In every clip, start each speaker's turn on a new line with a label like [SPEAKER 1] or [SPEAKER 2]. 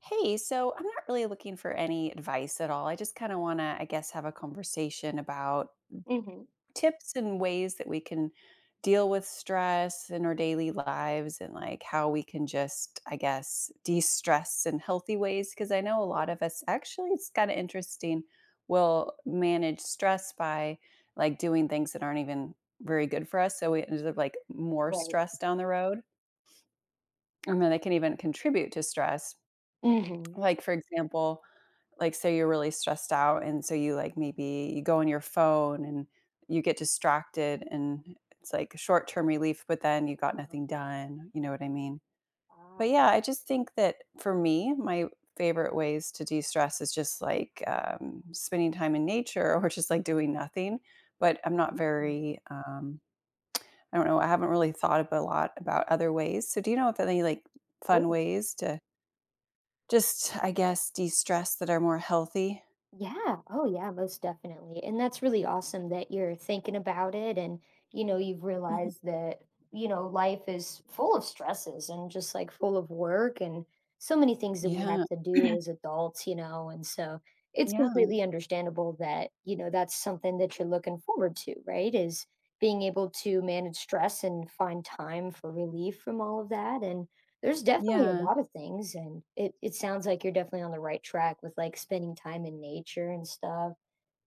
[SPEAKER 1] Hey, so I'm not really looking for any advice at all. I just kind of want to, I guess, have a conversation about
[SPEAKER 2] Mhm.
[SPEAKER 1] tips and ways that we can deal with stress in our daily lives and like how we can just, I guess, de stress in healthy ways. Cause I know a lot
[SPEAKER 2] Mm,
[SPEAKER 1] of us actually, it's kind of interesting, will manage stress by like doing things that aren't even very good for us. So we end up like more
[SPEAKER 2] right.
[SPEAKER 1] stress down the road. And then they can even contribute to stress.
[SPEAKER 2] Uh huh.
[SPEAKER 1] Like, for example, like, say you're really stressed out, and so you, like, maybe you go on your phone and you get distracted, and it's like short-term relief, but then you got nothing done, you know what I mean? But,
[SPEAKER 2] Ah,
[SPEAKER 1] yeah,
[SPEAKER 2] right.
[SPEAKER 1] I just think that for me, my favorite ways to de-stress is just, like, spending time in nature or just, like, doing nothing, but I'm not
[SPEAKER 2] Mhm.
[SPEAKER 1] very, I don't know, I haven't really thought ab a lot about other ways. So do you know of any, like, fun
[SPEAKER 2] Sure.
[SPEAKER 1] ways to just, I guess, de-stress that are more healthy?
[SPEAKER 2] Yeah. Oh, yeah, most definitely. And that's really awesome that you're thinking about it and, you know, you've
[SPEAKER 1] Mhm.
[SPEAKER 2] realized that, you know, life is full of stresses and just like full of work and so many things that we have
[SPEAKER 1] Yeah.
[SPEAKER 2] to do as adults, you know. And so it's
[SPEAKER 1] Yeah,
[SPEAKER 2] completely understandable that, you know, that's something that you're looking forward to, right? Is being able to manage stress and find time for relief from all of that. And there's definitely a
[SPEAKER 1] yeah,
[SPEAKER 2] lot of things, and it sounds like you're definitely on the right track with, like, spending time in nature and stuff,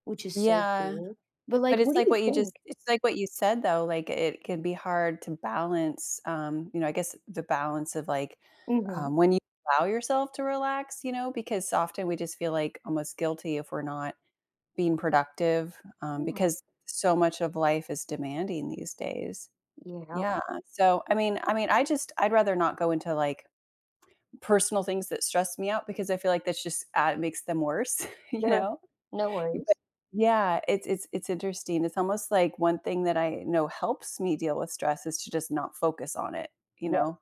[SPEAKER 2] which is so
[SPEAKER 1] yeah,
[SPEAKER 2] cool. But,
[SPEAKER 1] but
[SPEAKER 2] like, what
[SPEAKER 1] it's
[SPEAKER 2] do
[SPEAKER 1] like
[SPEAKER 2] you
[SPEAKER 1] what you
[SPEAKER 2] think?
[SPEAKER 1] said though, like, it can be hard to balance, you know, I guess the balance of, like,
[SPEAKER 2] Mhm.
[SPEAKER 1] when you allow yourself to relax, you know, because often we just feel, like, almost guilty if we're not being productive,
[SPEAKER 2] Yeah.
[SPEAKER 1] because so much of life is demanding these days.
[SPEAKER 2] Yeah.
[SPEAKER 1] Yeah, so, I just I'd rather not go into, like, personal things that stress me out because I feel like that's just, makes them worse, you
[SPEAKER 2] There are
[SPEAKER 1] know?
[SPEAKER 2] no
[SPEAKER 1] But
[SPEAKER 2] worries.
[SPEAKER 1] yeah, it's interesting. It's almost like one thing that I know helps me deal with stress is to just not focus on it, you
[SPEAKER 2] Yes.
[SPEAKER 1] know?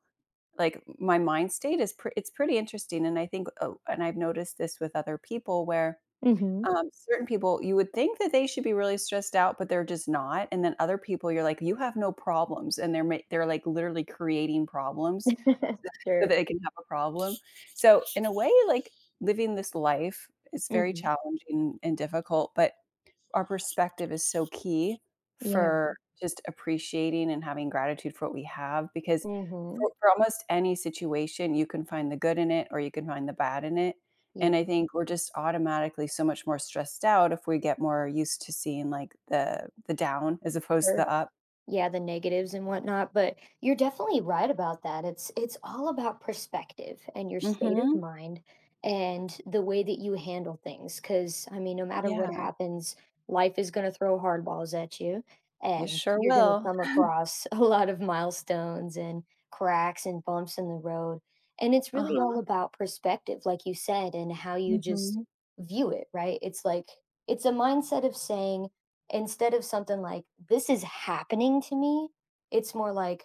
[SPEAKER 1] Like my mind state is it's pretty interesting and I think oh, and I've noticed this with other people where
[SPEAKER 2] Mhm.
[SPEAKER 1] certain people you would think that they should be really stressed out but they're just not and then other people you're like you have no problems and they're like literally creating problems so
[SPEAKER 2] Sure.
[SPEAKER 1] that they can have a problem. So in a way like living this life is very
[SPEAKER 2] Mhm.
[SPEAKER 1] challenging and difficult but our perspective is so key
[SPEAKER 2] Yeah.
[SPEAKER 1] for just appreciating and having gratitude for what we have because
[SPEAKER 2] Mhm.
[SPEAKER 1] for almost any situation, you can find the good in it or you can find the bad in it,
[SPEAKER 2] Yeah.
[SPEAKER 1] and I think we're just automatically so much more stressed out if we get more used to seeing, like, the down as opposed to
[SPEAKER 2] Sure.
[SPEAKER 1] the up.
[SPEAKER 2] Yeah, the negatives and whatnot, but you're definitely right about that. It's all about perspective and your state of
[SPEAKER 1] Mhm.
[SPEAKER 2] mind and the way that you handle things, because I mean, no matter what
[SPEAKER 1] Yeah.
[SPEAKER 2] happens, life is going to throw hardballs at you,
[SPEAKER 1] It
[SPEAKER 2] and
[SPEAKER 1] sure
[SPEAKER 2] you're going to
[SPEAKER 1] will.
[SPEAKER 2] come across a lot of milestones and cracks and bumps in the road, and it's really all
[SPEAKER 1] Uh-huh.
[SPEAKER 2] about perspective, like you said, and how you just
[SPEAKER 1] Mhm.
[SPEAKER 2] view it, right? It's like it's a mindset of saying, instead of something like, "This is happening to me," it's more like,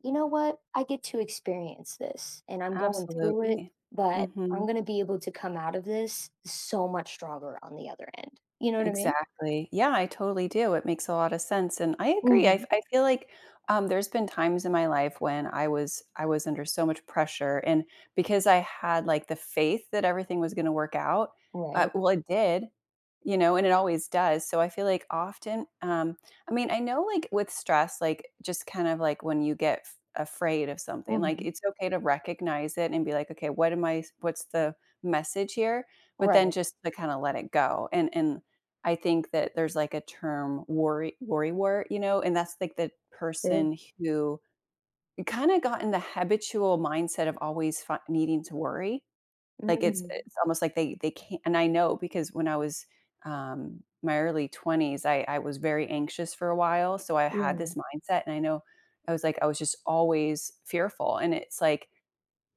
[SPEAKER 2] "You know what? I get to experience this and I'm going through it,
[SPEAKER 1] Absolutely.
[SPEAKER 2] but I'm
[SPEAKER 1] Mhm.
[SPEAKER 2] gonna be able to come out of this so much stronger on the other end." You know what I mean?
[SPEAKER 1] Exactly. Yeah, I totally do. It makes a lot of sense, and I agree.
[SPEAKER 2] Mhm.
[SPEAKER 1] I feel like, there's been times in my life when I was under so much pressure, and because I had, like, the faith that everything was gonna work out,
[SPEAKER 2] Right.
[SPEAKER 1] well, it did, you know, and it always does, so I feel like often, I mean, I know, like, with stress, like, just kind of like when you get f afraid of something, like,
[SPEAKER 2] Mhm.
[SPEAKER 1] it's okay to recognize it and be like, "Okay, what am I? What's the message here?" But then
[SPEAKER 2] Right.
[SPEAKER 1] just to kinda let it go, and I think that there's like a term worrywart, you know, and that's like the
[SPEAKER 2] Sure.
[SPEAKER 1] person who kind of got in the habitual mindset of always needing to worry. Like it's
[SPEAKER 2] Mhm.
[SPEAKER 1] it's almost like they can't. And I know because when I was my early 20s, I was very anxious for a while, so I had
[SPEAKER 2] Yeah.
[SPEAKER 1] this mindset, and I know I was just always fearful, and it's like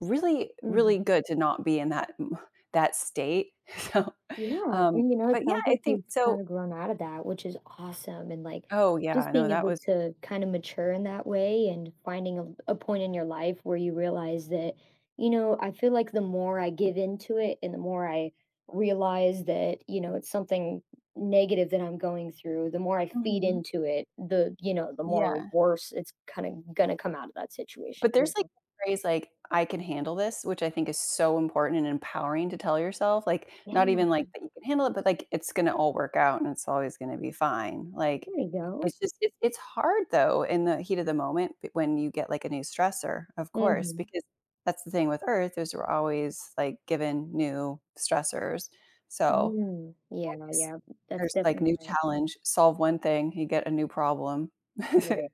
[SPEAKER 1] really
[SPEAKER 2] Mhm.
[SPEAKER 1] good to not be in that that state. So,
[SPEAKER 2] Yeah,
[SPEAKER 1] um,
[SPEAKER 2] and you know, it
[SPEAKER 1] but yeah,
[SPEAKER 2] sounds
[SPEAKER 1] I
[SPEAKER 2] like
[SPEAKER 1] think
[SPEAKER 2] you've
[SPEAKER 1] so.
[SPEAKER 2] kind of grown out of that, which is awesome. And like,
[SPEAKER 1] Oh,
[SPEAKER 2] just
[SPEAKER 1] yeah, no,
[SPEAKER 2] being
[SPEAKER 1] that
[SPEAKER 2] able
[SPEAKER 1] was.
[SPEAKER 2] to kind of mature in that way and finding a point in your life where you realize that, you know, I feel like the more I give into it and the more I realize that, you know, it's something negative that I'm going through, the more I feed
[SPEAKER 1] Mhm.
[SPEAKER 2] into it, the, you know, the more
[SPEAKER 1] Yeah,
[SPEAKER 2] worse it's kind of gonna come out of that situation,
[SPEAKER 1] but
[SPEAKER 2] you
[SPEAKER 1] there's, like,
[SPEAKER 2] know.
[SPEAKER 1] a phrase, like, "I can handle this," which I think is so important and empowering to tell yourself, like,
[SPEAKER 2] Yeah,
[SPEAKER 1] not even, like, that you can handle it, but, like, it's gonna all work out and it's always gonna be fine, like,
[SPEAKER 2] there you go.
[SPEAKER 1] it's just it's hard, though, in the heat of the moment b when you get, like, a new stressor, of course,
[SPEAKER 2] Mm-hmm.
[SPEAKER 1] because that's the thing with Earth is we're always, like, given new stressors, so
[SPEAKER 2] Yeah, yeah,
[SPEAKER 1] always
[SPEAKER 2] yeah, that's
[SPEAKER 1] there's, like,
[SPEAKER 2] definitely
[SPEAKER 1] new
[SPEAKER 2] right.
[SPEAKER 1] challenge, solve one thing, you get a new problem.
[SPEAKER 2] Right.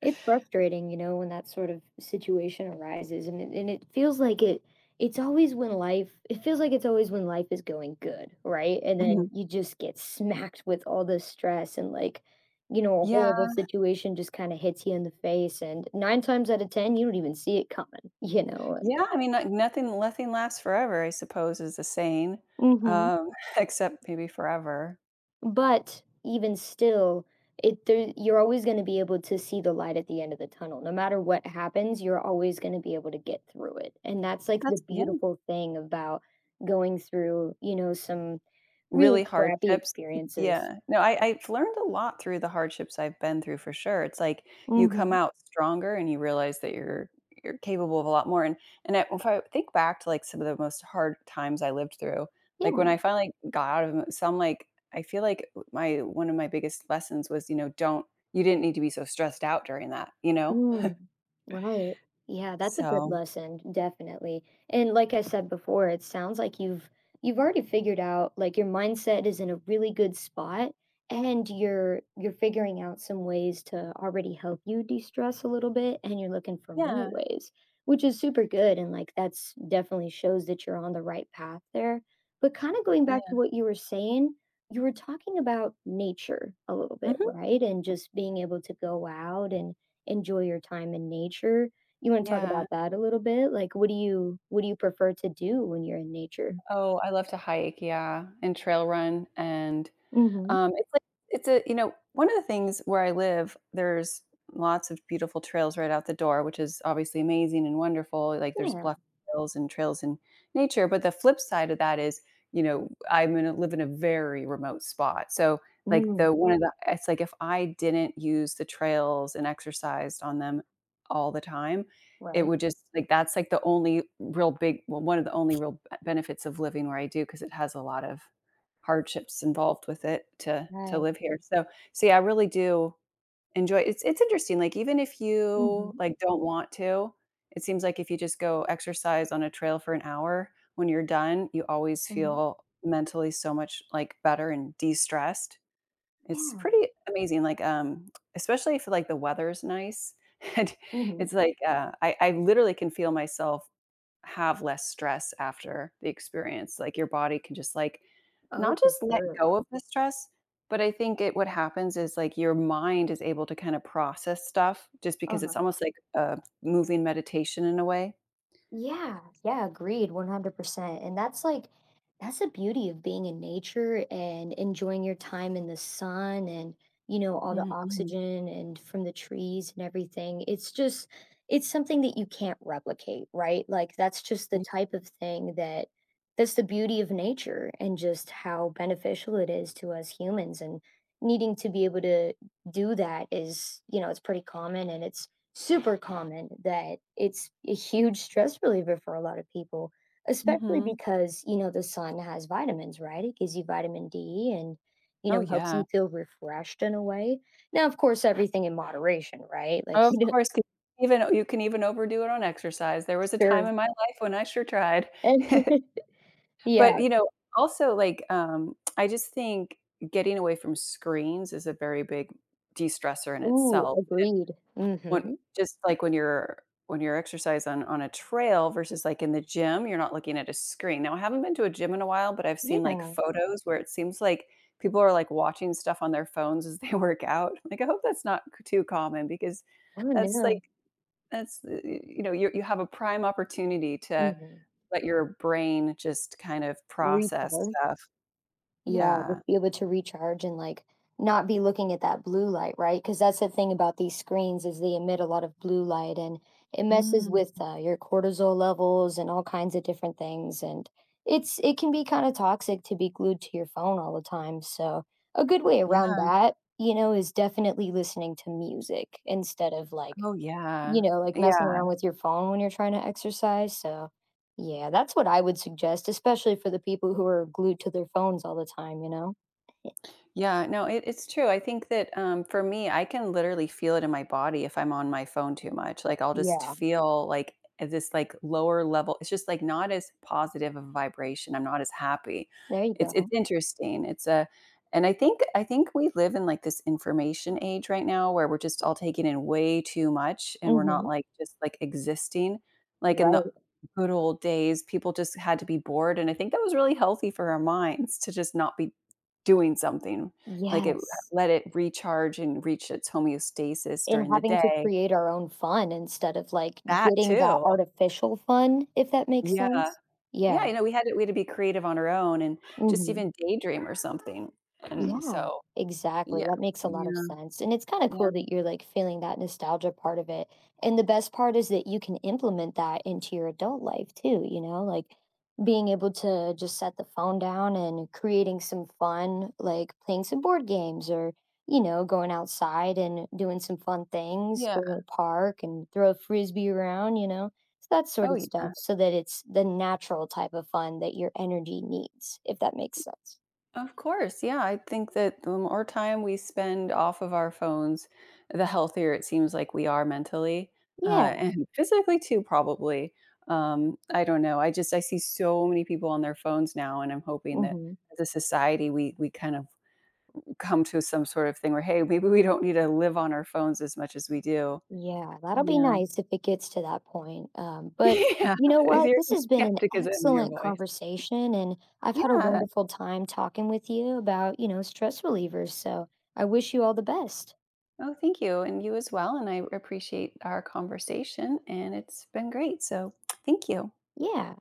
[SPEAKER 2] It's frustrating, you know, when that sort of situation arises, and it feels like it's always when life it feels like it's always when life is going good, right? And then
[SPEAKER 1] Mhm.
[SPEAKER 2] you just get smacked with all this stress and, like, you know, a
[SPEAKER 1] Yeah,
[SPEAKER 2] horrible situation just kind of hits you in the face, and 9 times out of 10 you don't even see it coming, you know, and
[SPEAKER 1] yeah, I mean, like, nothing lasts forever, I suppose, is the saying,
[SPEAKER 2] mhm.
[SPEAKER 1] um, except maybe forever.
[SPEAKER 2] But even still, it there you're always gonna be able to see the light at the end of the tunnel. No matter what happens, you're always gonna be able to get through it. And that's like the
[SPEAKER 1] That's yeah.
[SPEAKER 2] beautiful thing about going through, you know, some really
[SPEAKER 1] Really
[SPEAKER 2] crappy
[SPEAKER 1] hardships,
[SPEAKER 2] experiences.
[SPEAKER 1] yeah. No, I I've learned a lot through the hardships I've been through for sure. It's like you come
[SPEAKER 2] Mhm.
[SPEAKER 1] out stronger and you realize that you're capable of a lot more, and I if I think back to, like, some of the most hard times I lived through,
[SPEAKER 2] Yeah.
[SPEAKER 1] like, when I finally got out of 'em, some, like I feel like my one of my biggest lessons was, you know, don't you didn't need to be so stressed out during that, you know?
[SPEAKER 2] Mm, right. Yeah, that's a good
[SPEAKER 1] So
[SPEAKER 2] lesson, definitely. And like I said before, it sounds like you've already figured out, like, your mindset is in a really good spot, and you're figuring out some ways to already help you de-stress a little bit, and you're looking for more
[SPEAKER 1] yeah,
[SPEAKER 2] ways, which is super good, and like that's definitely shows that you're on the right path there. But kind of going back to
[SPEAKER 1] yeah.
[SPEAKER 2] what you were saying, you were talking about nature a little bit,
[SPEAKER 1] Mhm.
[SPEAKER 2] right? And just being able to go out and enjoy your time in nature. You wanna talk
[SPEAKER 1] Yeah.
[SPEAKER 2] about that a little bit? Like, what do you prefer to do when you're in nature?
[SPEAKER 1] Oh, I love to hike, yeah, and trail run and
[SPEAKER 2] Mhm,
[SPEAKER 1] It's like it's a you know, one of the things where I live, there's lots of beautiful trails right out the door, which is obviously amazing and wonderful, like, there's
[SPEAKER 2] yeah.
[SPEAKER 1] bluff trails and trails in nature, but the flip side of that is, you know, I'm gonna live in a very remote spot, so, like,
[SPEAKER 2] Mm,
[SPEAKER 1] the one of the it's like if I didn't use the trails and exercised on them all the time, it
[SPEAKER 2] right.
[SPEAKER 1] would just like, that's, like, the only real big well, one of the only real b benefits of living where I do because it has a lot of hardships involved with it to
[SPEAKER 2] I
[SPEAKER 1] live
[SPEAKER 2] see.
[SPEAKER 1] here. So so yeah, I really do enjoy. It's interesting, like, even if you,
[SPEAKER 2] Mhm,
[SPEAKER 1] like, don't want to, it seems like if you just go exercise on a trail for an hour, when you're done, you always
[SPEAKER 2] mhm.
[SPEAKER 1] feel mentally so much, like, better and de-stressed. It's
[SPEAKER 2] Yeah.
[SPEAKER 1] pretty amazing, like, especially if, like, the weather's nice, and
[SPEAKER 2] Mhm.
[SPEAKER 1] it's like, I literally can feel myself have less stress after the experience, like, your body can just, like,
[SPEAKER 2] Oh,
[SPEAKER 1] not
[SPEAKER 2] for
[SPEAKER 1] just let
[SPEAKER 2] sure.
[SPEAKER 1] go of the stress, but I think it what happens is, like, your mind is able to kind of process stuff just because
[SPEAKER 2] Uh-huh.
[SPEAKER 1] it's almost like a moving meditation in a way.
[SPEAKER 2] Yeah, yeah, agreed 100%. And that's like that's the beauty of being in nature and enjoying your time in the sun, and you know, all the
[SPEAKER 1] Mhm, mhm,
[SPEAKER 2] oxygen and from the trees and everything. It's just it's something that you can't replicate, right? Like, that's just the
[SPEAKER 1] mm,
[SPEAKER 2] type of thing that that's the beauty of nature and just how beneficial it is to us humans, and needing to be able to do that is, you know, it's pretty common, and it's super common that it's a huge stress reliever for a lot of people, especially
[SPEAKER 1] mhm.
[SPEAKER 2] because, you know, the sun has vitamins, right? It gives you vitamin D and, you
[SPEAKER 1] Oh,
[SPEAKER 2] know, helps you
[SPEAKER 1] yeah.
[SPEAKER 2] feel refreshed in a way. Now, of course, everything in moderation, right? Like,
[SPEAKER 1] Of
[SPEAKER 2] you know,
[SPEAKER 1] course, 'cause even you can even overdo it on exercise. There was a
[SPEAKER 2] sure.
[SPEAKER 1] time in my life when I sure tried. But,
[SPEAKER 2] Yeah.
[SPEAKER 1] you know, also, like, I just think getting away from screens is a very big de-stressor in
[SPEAKER 2] Ooh,
[SPEAKER 1] itself.
[SPEAKER 2] agreed.
[SPEAKER 1] When
[SPEAKER 2] Mm-hmm.
[SPEAKER 1] just like when you're exercise on a trail versus, like, in the gym, you're not looking at a screen. Now, I haven't been to a gym in a while, but I've
[SPEAKER 2] Yeah.
[SPEAKER 1] seen, like,
[SPEAKER 2] Oh,
[SPEAKER 1] photos where it seems like people are, like, watching stuff on their phones as they work out. Like, I hope that's not c too common because that's,
[SPEAKER 2] no.
[SPEAKER 1] like that's, y you know, you have a prime opportunity to
[SPEAKER 2] Mm-hmm.
[SPEAKER 1] let your brain just kind of process
[SPEAKER 2] Recharge.
[SPEAKER 1] stuff.
[SPEAKER 2] Yeah,
[SPEAKER 1] Yeah.
[SPEAKER 2] just be able to recharge and, like, not be looking at that blue light, right? Because that's the thing about these screens is they emit a lot of blue light, and it messes
[SPEAKER 1] Mm,
[SPEAKER 2] with, your cortisol levels and all kinds of different things, and it's it can be kinda toxic to be glued to your phone all the time, so a good way around
[SPEAKER 1] yeah.
[SPEAKER 2] that, you know, is definitely listening to music instead of, like,
[SPEAKER 1] Oh, yeah.
[SPEAKER 2] you know, like messing
[SPEAKER 1] Yeah.
[SPEAKER 2] around with your phone when you're trying to exercise, so yeah, that's what I would suggest, especially for the people who are glued to their phones all the time, you know?
[SPEAKER 1] Yeah, no, it's true. I think that for me, I can literally feel it in my body if I'm on my phone too much. Like I'll just
[SPEAKER 2] Yeah,
[SPEAKER 1] feel like this like lower level. It's just like not as positive of a vibration. I'm not as happy.
[SPEAKER 2] there you
[SPEAKER 1] It's
[SPEAKER 2] go.
[SPEAKER 1] it's interesting. It's a and I think we live in like this information age right now where we're just all taking in way too much and we're not
[SPEAKER 2] Mhm.
[SPEAKER 1] like just like existing. Like in the
[SPEAKER 2] Right.
[SPEAKER 1] good old days, people just had to be bored. And I think that was really healthy for our minds to just not be doing something, like, it
[SPEAKER 2] Yes,
[SPEAKER 1] let it recharge and reach its homeostasis
[SPEAKER 2] and
[SPEAKER 1] during the
[SPEAKER 2] having to
[SPEAKER 1] day.
[SPEAKER 2] create our own fun instead of, like,
[SPEAKER 1] That
[SPEAKER 2] getting that
[SPEAKER 1] too.
[SPEAKER 2] artificial fun, if that makes
[SPEAKER 1] Yeah.
[SPEAKER 2] sense. Yeah,
[SPEAKER 1] Yeah, you know, we had to be creative on our own and just
[SPEAKER 2] mhm.
[SPEAKER 1] even daydream or something, and
[SPEAKER 2] Yeah,
[SPEAKER 1] so
[SPEAKER 2] exactly.
[SPEAKER 1] yeah.
[SPEAKER 2] That makes a lot of
[SPEAKER 1] Yeah,
[SPEAKER 2] sense. And it's kind of
[SPEAKER 1] yeah,
[SPEAKER 2] cool that you're like feeling that nostalgia part of it. And the best part is that you can implement that into your adult life too, you know, like being able to just set the phone down and creating some fun, like playing some board games or, you know, going outside and doing some fun things,
[SPEAKER 1] yeah.
[SPEAKER 2] go to a park and throw a frisbee around, you know, so that sort
[SPEAKER 1] Oh,
[SPEAKER 2] of stuff,
[SPEAKER 1] yeah.
[SPEAKER 2] so that it's the natural type of fun that your energy needs, if that makes sense.
[SPEAKER 1] Of course. Yeah. I think that the more time we spend off of our phones, the healthier it seems like we are mentally,
[SPEAKER 2] Yeah.
[SPEAKER 1] and physically too, probably. I don't know. I see so many people on their phones now, and I'm hoping that
[SPEAKER 2] Hmm.
[SPEAKER 1] as a society, we kind of come to some sort of thing where, hey, maybe we don't need to live on our phones as much as we do.
[SPEAKER 2] Yeah, that'll be
[SPEAKER 1] Yeah.
[SPEAKER 2] nice if it gets to that point. But
[SPEAKER 1] Yeah.
[SPEAKER 2] you know
[SPEAKER 1] I
[SPEAKER 2] what?
[SPEAKER 1] hear
[SPEAKER 2] This
[SPEAKER 1] some
[SPEAKER 2] has been an
[SPEAKER 1] skepticism in your
[SPEAKER 2] excellent
[SPEAKER 1] voice.
[SPEAKER 2] conversation, and I've had a
[SPEAKER 1] Yeah.
[SPEAKER 2] wonderful time talking with you about, you know, stress relievers. So I wish you all the best.
[SPEAKER 1] Oh, thank you. And you as well. And I appreciate our conversation. And it's been great. So thank you.
[SPEAKER 2] Yeah.